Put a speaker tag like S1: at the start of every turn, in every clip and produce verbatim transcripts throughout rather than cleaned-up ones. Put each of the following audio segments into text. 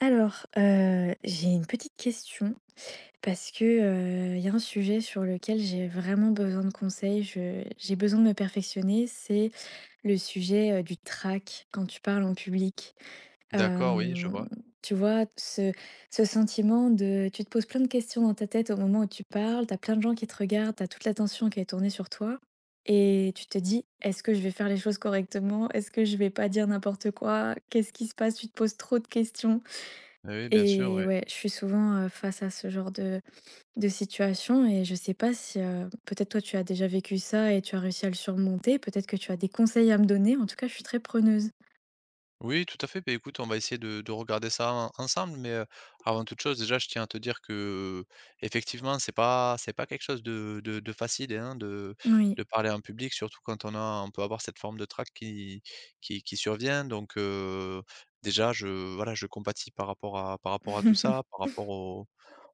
S1: Alors, heu, j'ai une petite question parce que, heu, il y a un sujet sur lequel j'ai vraiment besoin de conseils. Je j'ai besoin de me perfectionner, c'est le sujet, heu, du trac quand tu parles en public.
S2: D'accord, oui, je
S1: Hem,
S2: vois.
S1: Tu vois? Ce ce sentiment de tu te poses plein de questions dans ta tête au moment où tu parles. T'as plein de gens qui te regardent. T'as toute l'attention qui est tournée sur toi et tu te dis: «Est-ce que je vais faire les choses correctement? Est-ce que je vais pas dire n'importe quoi? Qu'est-ce qui se passe?» Tu te poses trop de questions.
S2: Oui, oui, bien sûr,
S1: Et
S2: oui.
S1: ouais, je suis souvent, heu, face à ce genre de de situation et je sais pas si, heu, peut-être toi tu as déjà vécu ça et tu as réussi à le surmonter, peut-être que tu as des conseils à me donner? En tout cas, je suis très preneuse.
S2: Oui, tout à fait. Beh, écoute, on va essayer de, de regarder ça en- ensemble. Mais euh, avant toute chose, déjà, je tiens à te dire que effectivement, c'est pas, c'est pas quelque chose de, de, de facile hein, de,
S1: Oui.
S2: de parler en public, surtout quand on a, on peut avoir cette forme de trac qui, qui, qui survient. Donc euh, déjà, je, voilà, je compatis par rapport à, par rapport à tout ça, par rapport au,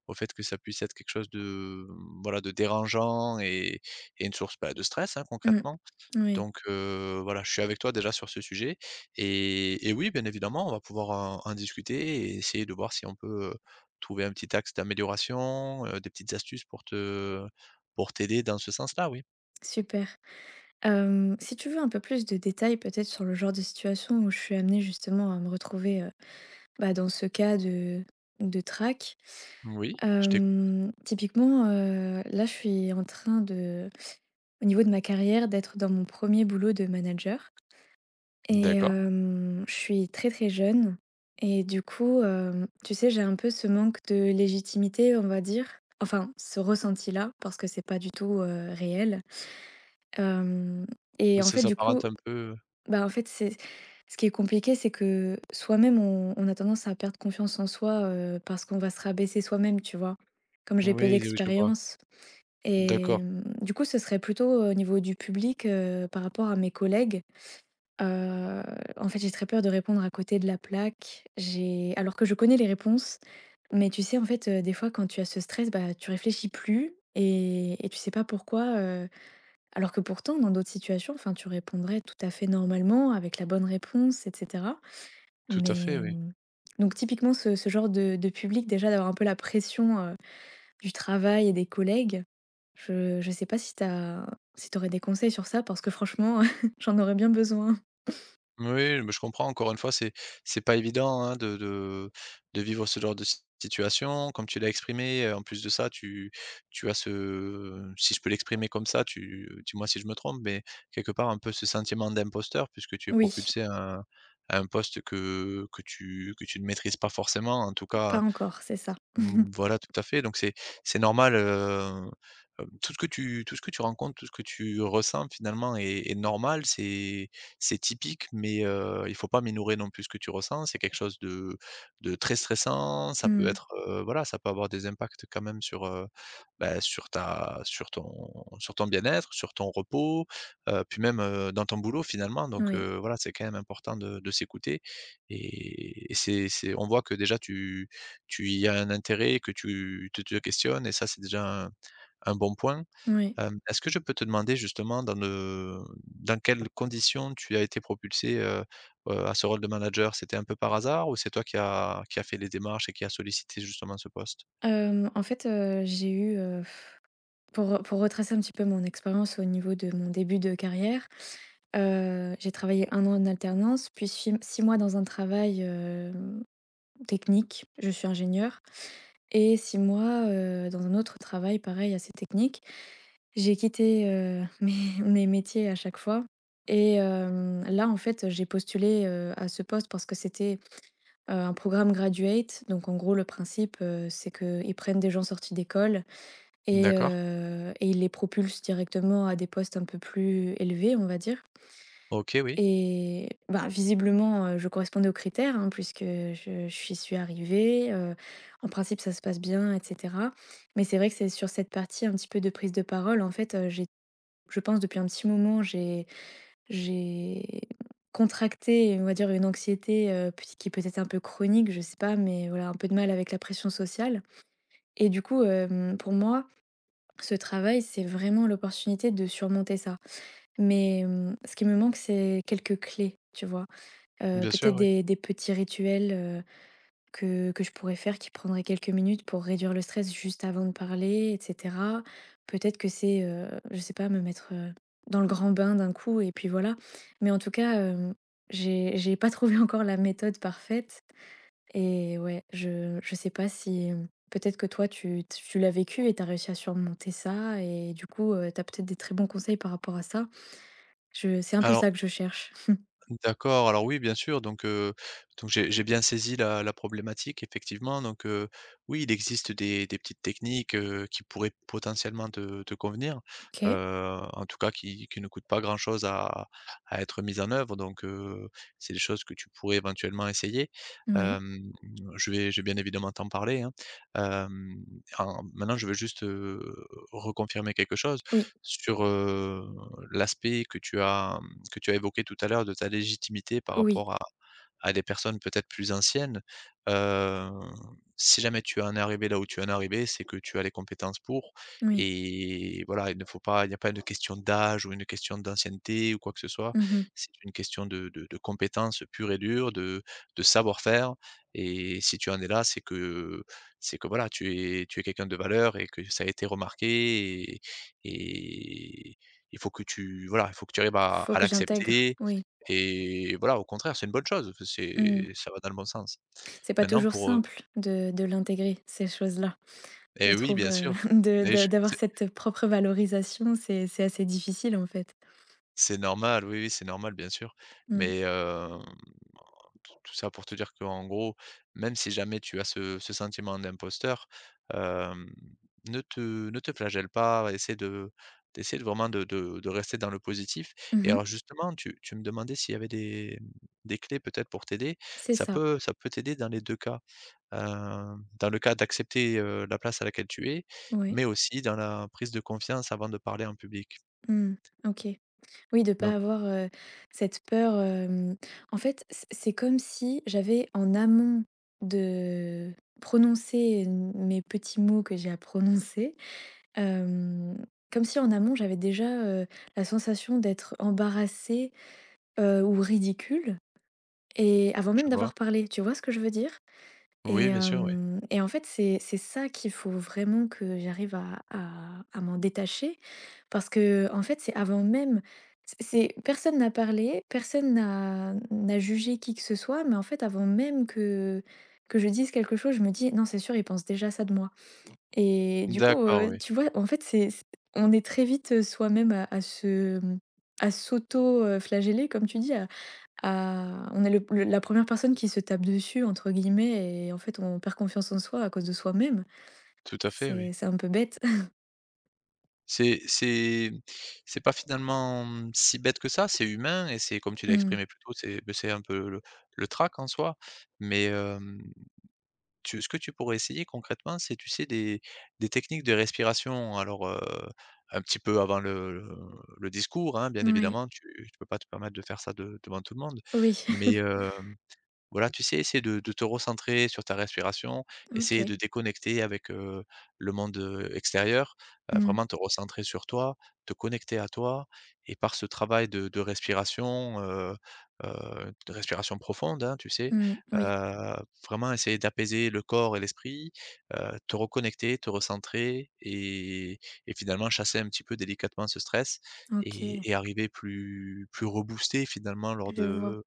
S2: au fait que ça puisse être quelque chose de, voilà, de dérangeant et, et une source bah, de stress, hein,
S1: Mmh.
S2: concrètement.
S1: Oui,
S2: Donc heu, voilà, je suis avec toi déjà sur ce sujet et et oui, bien évidemment, on va pouvoir en en discuter et essayer de voir si on peut, heu, trouver un petit axe d'amélioration, heu, des petites astuces pour te pour t'aider dans ce sens-là, oui.
S1: super. Hem, si tu veux un peu plus de détails peut-être sur le genre de situation où je suis amenée justement à me retrouver, heu, bah, dans ce cas de de trac.
S2: Oui, je t'écoute.
S1: Hem, typiquement, heu, là je suis en train de au niveau de ma carrière, d'être dans mon premier boulot de manager et
S2: D'accord.
S1: hem, je suis très, très jeune et du coup, hem, tu sais, j'ai un peu ce manque de légitimité, on va dire. Enfin, ce ressenti-là, parce que c'est pas du tout, heu, réel. Hem Et
S2: Oui,
S1: en
S2: ça
S1: fait, du coup,
S2: s'apparente un peu
S1: bah, en fait, c'est ce qui est compliqué, c'est que soi-même, on on a tendance à perdre confiance en soi, heu, parce qu'on va se rabaisser soi-même, tu vois? Comme j'ai peu
S2: oui, oui, je vois.
S1: d'expérience et
S2: D'accord,
S1: hem, du coup, ce serait plutôt au niveau du public, heu, par rapport à mes collègues. Heu, En fait, j'ai très peur de répondre à côté de la plaque. J'ai Alors que je connais les réponses, mais tu sais, en fait, heu, des fois, quand tu as ce stress, bah, tu réfléchis plus et et tu sais pas pourquoi, heu, alors que pourtant, dans d'autres situations, enfin, tu répondrais tout à fait normalement avec la bonne réponse et cetera.
S2: tout à fait,
S1: Mais,
S2: oui.
S1: mmh, donc typiquement, ce ce genre de de public, déjà, d'avoir un peu la pression, heu, du travail et des collègues, je je sais pas si t'as si t'aurais des conseils sur ça parce que franchement, j'en aurais bien besoin.
S2: Oui, mais je comprends, encore une fois, c'est c'est pas évident, hein, de de de vivre ce genre de si situation. Comme tu l'as exprimé, heu, en plus de ça, tu tu as ce si je peux l'exprimer comme ça, tu dis-moi si je me trompe, mais quelque part, un peu ce sentiment d'imposteur puisque tu es
S1: Oui,
S2: propulsé à un à un poste que que tu que tu ne maîtrises pas forcément, en tout
S1: pas
S2: cas,
S1: encore, c'est ça.
S2: Mmh, voilà, tout à fait, donc c'est c'est normal, heu, heu, tout ce que tu tout ce que tu rencontres, tout ce que tu ressens finalement est est normal. C'est c'est typique, mais heu, il faut pas minorer non plus ce que tu ressens. C'est quelque chose de de très stressant. Ça peut
S1: Mmh.
S2: être, heu, voilà, ça peut avoir des impacts quand même sur, heu, bah, sur ta sur ton sur ton bien-être, sur ton repos, heu, puis même, heu, dans ton boulot finalement, donc
S1: Oui,
S2: heu, voilà, c'est quand même important de de s'écouter et et c'est c'est on voit que déjà tu tu y as un intérêt, que tu te te questionnes et ça, c'est déjà un un bon point.
S1: oui.
S2: Hem, est-ce que je peux te demander justement dans de dans quelles conditions tu as été propulsé, heu heu, à ce rôle de manager? C'était un peu par hasard ou c'est toi qui as qui a fait les démarches et qui a sollicité justement ce poste?
S1: Hem, en fait, heu, j'ai eu, heu, pour, pour retracer un petit peu mon expérience au niveau de mon début de carrière, heu, j'ai travaillé un an en alternance, puis six 6 mois dans un travail, hem, technique, je suis ingénieure et six mois, heu, dans un autre travail pareil assez technique. J'ai quitté, heu, mes mes métiers à chaque fois et hem, là, en fait, j'ai postulé, heu, à ce poste parce que c'était, heu, un programme graduate. Donc en gros, le principe, heu, c'est qu'ils prennent des gens sortis d'école et
S2: D'accord.
S1: heu et ils les propulsent directement à des postes un peu plus élevés, on va dire.
S2: OK, oui.
S1: Et bah, visiblement, heu, je correspondais aux critères, hein, puisque je j'y suis arrivée, heu, en principe, ça se passe bien et cetera. Mais c'est vrai que c'est sur cette partie un petit peu de prise de parole, en fait, heu, j'ai je pense depuis un petit moment, j'ai j'ai contracté, on va dire, une anxiété, heu, peut qui peut être un peu chronique, je sais pas, mais voilà, un peu de mal avec la pression sociale et du coup, hem, pour moi, ce travail, c'est vraiment l'opportunité de surmonter ça. Mais, hem, ce qui me manque, c'est quelques clés, tu vois? Heu,
S2: Bien sûr,
S1: peut-être
S2: oui.
S1: des des petits rituels, euh, que que je pourrais faire qui prendrait quelques minutes pour réduire le stress juste avant de parler et cetera. Peut-être que c'est, heu, je sais pas, me mettre, heu, dans le grand bain d'un coup et puis voilà. Mais en tout cas, hem, j'ai j'ai pas trouvé encore la méthode parfaite et ouais, je je sais pas si, peut-être que toi tu tu l'as vécu et tu as réussi à surmonter ça et du coup, heu, tu as peut-être des très bons conseils par rapport à ça. Je C'est un peu
S2: Alors
S1: ça que je cherche.
S2: D'accord, alors oui, bien sûr, donc heu, donc j'ai j'ai bien saisi la la problématique effectivement, donc heu, oui, il existe des des petites techniques, heu, qui pourraient potentiellement te te convenir,
S1: OK.
S2: heu, en tout cas qui qui ne coûtent pas grand-chose à à être mises en œuvre, donc heu, c'est des choses que tu pourrais éventuellement essayer.
S1: Ouais.
S2: Hem, je vais je vais bien évidemment t'en parler, hein. Hem, en maintenant je veux juste, heu, reconfirmer quelque chose
S1: Oui,
S2: sur, l'aspect que tu as mmh, que tu as évoqué tout à l'heure de ta légitimité par
S1: oui,
S2: rapport à à des personnes peut-être plus anciennes, heu, si jamais tu en es arrivé là où tu en es arrivé, c'est que tu as les compétences pour
S1: oui.
S2: et voilà, il ne faut pas il n'y a pas une question d'âge ou une question d'ancienneté ou quoi que ce soit.
S1: Mmh.
S2: C'est une question de de de compétences pure et dure, de de savoir-faire et si tu en es là, c'est que c'est que voilà, tu es tu es quelqu'un de valeur et que ça a été remarqué et et il faut que tu voilà, il faut que tu arrives à
S1: Faut
S2: à
S1: que j'intègre.
S2: l'accepter
S1: Oui.
S2: et voilà, au contraire, c'est une bonne chose,
S1: Mmh.
S2: c'est ça va dans le bon sens.
S1: C'est pas
S2: Maintenant
S1: toujours
S2: pour, heu
S1: simple de de l'intégrer, ces choses-là. Je
S2: et oui,
S1: trouve,
S2: bien
S1: heu,
S2: sûr
S1: de
S2: et
S1: de
S2: je
S1: d'avoir
S2: c'est
S1: cette propre valorisation, c'est c'est assez difficile, en fait.
S2: c'est normal, oui, oui, c'est normal, bien sûr,
S1: Mmh.
S2: mais hem Tout tout ça pour te dire qu'en gros, même si jamais tu as ce ce sentiment d'imposteur, hem, ne te ne te flagelle pas, essaie de d'essaie de vraiment de de de rester dans le positif et
S1: Mmh.
S2: alors justement, tu tu me demandais s'il y avait des, mmh, des clés peut-être pour t'aider.
S1: C'est
S2: Ça
S1: ça,
S2: peut ça peut t'aider dans les deux cas, heu, dans le cas d'accepter, heu, la place à laquelle tu es,
S1: oui.
S2: mais aussi dans la prise de confiance avant de parler en public.
S1: OK. Oui, de pas
S2: Donc,
S1: avoir, heu, cette peur, hem, en fait, c'est c'est comme si j'avais en amont de prononcer mes petits mots que j'ai à prononcer, hem, comme si en amont j'avais déjà, heu, la sensation d'être embarrassée, heu, ou ridicule. Et avant même
S2: je vois?
S1: d'avoir parlé, tu vois ce que je veux dire?
S2: Oui,
S1: Et
S2: bien sûr, oui.
S1: hem et en fait, c'est c'est ça qu'il faut vraiment que j'arrive à à à m'en détacher parce que en fait, c'est avant même c'est c'est personne n'a parlé, personne n'a n'a jugé qui que ce soit, mais en fait, avant même que que je dise quelque chose, je me dis: «Non, c'est sûr, il pense déjà ça de moi» et du coup,
S2: D'accord,
S1: heu,
S2: oui.
S1: tu vois, en fait, c'est c'est on est très vite, heu, soi-même à à se, mmh, à s'auto, flageller comme tu dis, ah, on est le le la première personne qui se tape dessus entre guillemets et en fait, on perd confiance en soi à cause de soi-même.
S2: Tout à fait, oui.
S1: C'est c'est un peu bête.
S2: C'est c'est c'est pas finalement, mmh, si bête que ça, c'est humain et c'est comme tu l'as
S1: Mmh.
S2: exprimé plus tôt, c'est beh, c'est un peu le le trac en soi. Mais, hem, tu ce que tu pourrais essayer concrètement, c'est tu sais des des techniques de respiration alors, heu, un petit peu avant le le le discours, hein, bien
S1: Ouais.
S2: évidemment, tu tu peux pas te permettre de faire ça de devant tout le monde.
S1: Oui.
S2: Mais, hem voilà, tu sais, essaie de de te recentrer sur ta respiration, essayer
S1: OK.
S2: de déconnecter avec, heu, le monde, heu, extérieur, heu,
S1: Mmh.
S2: vraiment te recentrer sur toi, te connecter à toi et par ce travail de de respiration, heu heu, de respiration profonde, hein, tu sais,
S1: Mmh. Oui.
S2: heu, vraiment essayer d'apaiser le corps et l'esprit, heu, te reconnecter, te recentrer et et finalement chasser un petit peu délicatement ce stress et
S1: OK.
S2: et arriver plus plus reboosté finalement lors
S1: Je vois.
S2: de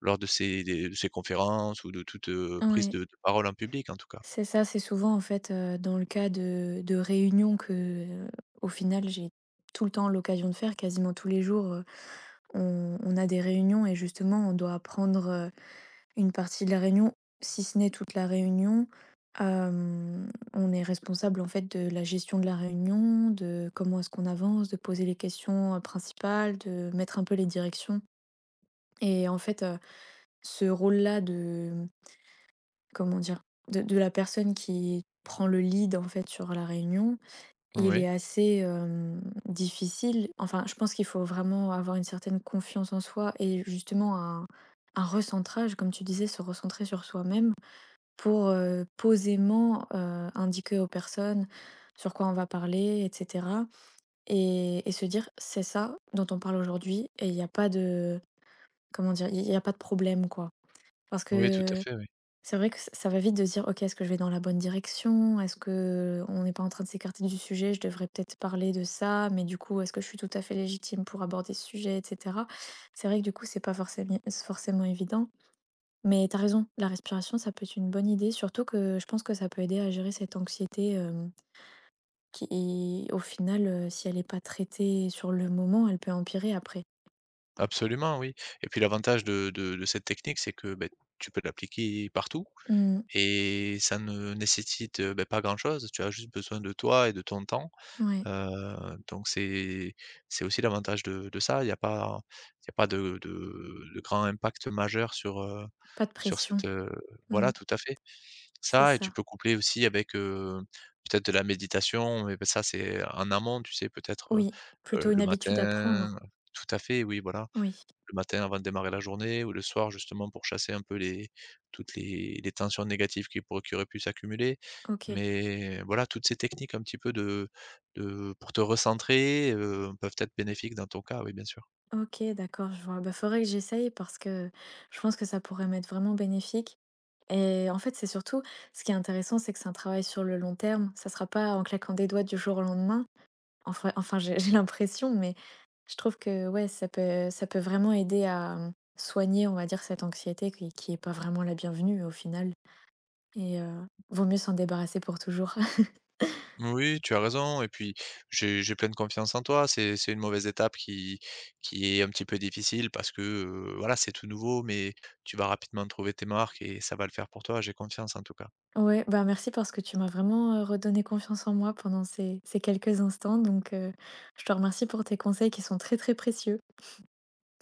S2: lors de ses des de ses conférences ou de toute, heu, prise
S1: Ouais.
S2: de de parole en public en tout cas.
S1: C'est ça, c'est souvent en fait, heu, dans le cas de de réunions que, heu, au final, j'ai tout le temps l'occasion de faire, quasiment tous les jours, heu, on on a des réunions et justement on doit apprendre, une partie de la réunion, si ce n'est toute la réunion, hem, on est responsable, en fait, de la gestion de la réunion, de comment est-ce qu'on avance, de poser les questions, heu, principales, de mettre un peu les directions et en fait, heu, ce rôle-là de, comment dire? De de la personne qui prend le lead, en fait, sur la réunion, il est
S2: Oui,
S1: assez, hem, difficile. Enfin, je pense qu'il faut vraiment avoir une certaine confiance en soi et justement un un recentrage, comme tu disais, se recentrer sur soi-même pour, heu, posément, heu, indiquer aux personnes sur quoi on va parler et cetera et et se dire: «C'est ça dont on parle aujourd'hui» et il y a pas de comment dire? Il il y a pas de problème, quoi. Parce
S2: oui, tout à
S1: que
S2: fait, oui.
S1: c'est vrai que ç ça va vite de se dire: «OK, est-ce que je vais dans la bonne direction? Est-ce que on n'est pas en train de s'écarter du sujet? Je devrais peut-être parler de ça, mais du coup, est-ce que je suis tout à fait légitime pour aborder ce sujet?» et cetera. C'est vrai que du coup, c'est pas forcément forcément évident. Mais t'as raison, la respiration, ça peut être une bonne idée, surtout que je pense que ça peut aider à gérer cette anxiété euh, qui, au final, euh, si elle n'est pas traitée sur le moment, elle peut empirer après.
S2: Absolument, oui. Et puis l'avantage de de de cette technique, c'est que, beh, tu peux l'appliquer partout
S1: Mm,
S2: et ça ne nécessite, heu, beh, pas grand-chose. Tu as juste besoin de toi et de ton temps,
S1: ouais,
S2: heu, donc c'est c'est aussi l'avantage de de ça. Il n'y a pas il y a pas de de de grand impact majeur sur, heu,
S1: pas de
S2: sur
S1: pression.
S2: cette, heu
S1: Mm,
S2: voilà, tout à fait.
S1: c'est
S2: Ça et tu
S1: ça.
S2: peux coupler aussi avec, heu, peut-être de la méditation, mais bah, ça c'est en amont, tu sais peut-être,
S1: Oui,
S2: heu heu,
S1: plutôt une
S2: le
S1: habitude à
S2: matin
S1: prendre.
S2: tout à fait, oui voilà.
S1: Oui,
S2: Le matin avant de démarrer la journée ou le soir justement pour chasser un peu les toutes les les tensions négatives qui pourraient qui auraient pu s'accumuler.
S1: ok.
S2: Mais voilà, toutes ces techniques un petit peu de de pour te recentrer, heu, peuvent être bénéfiques dans ton cas, oui bien sûr.
S1: Ok, d'accord, je vois. Bah, faudrait que j'essaye parce que je pense que ça pourrait m'être vraiment bénéfique. Et en fait, c'est surtout, ce qui est intéressant, c'est que c'est un travail sur le long terme. Ça sera pas en claquant des doigts du jour au lendemain. Enfin enfin, j'ai j'ai l'impression, mais je trouve que ouais, ça peut ça peut vraiment aider à, mmh, soigner, on va dire, cette anxiété qui qui est pas vraiment la bienvenue au final et heu, vaut mieux s'en débarrasser pour toujours.
S2: Oui, tu as raison et puis j'ai j'ai pleine confiance en toi. C'est c'est une mauvaise étape qui qui est un petit peu difficile parce que, heu, voilà, c'est tout nouveau mais tu vas rapidement trouver tes marques et ça va le faire pour toi, j'ai confiance en tout cas.
S1: Ouais, bah, merci parce que tu m'as vraiment, heu, redonné confiance en moi pendant ces ces quelques instants donc heu, je te remercie pour tes conseils qui sont très, très précieux.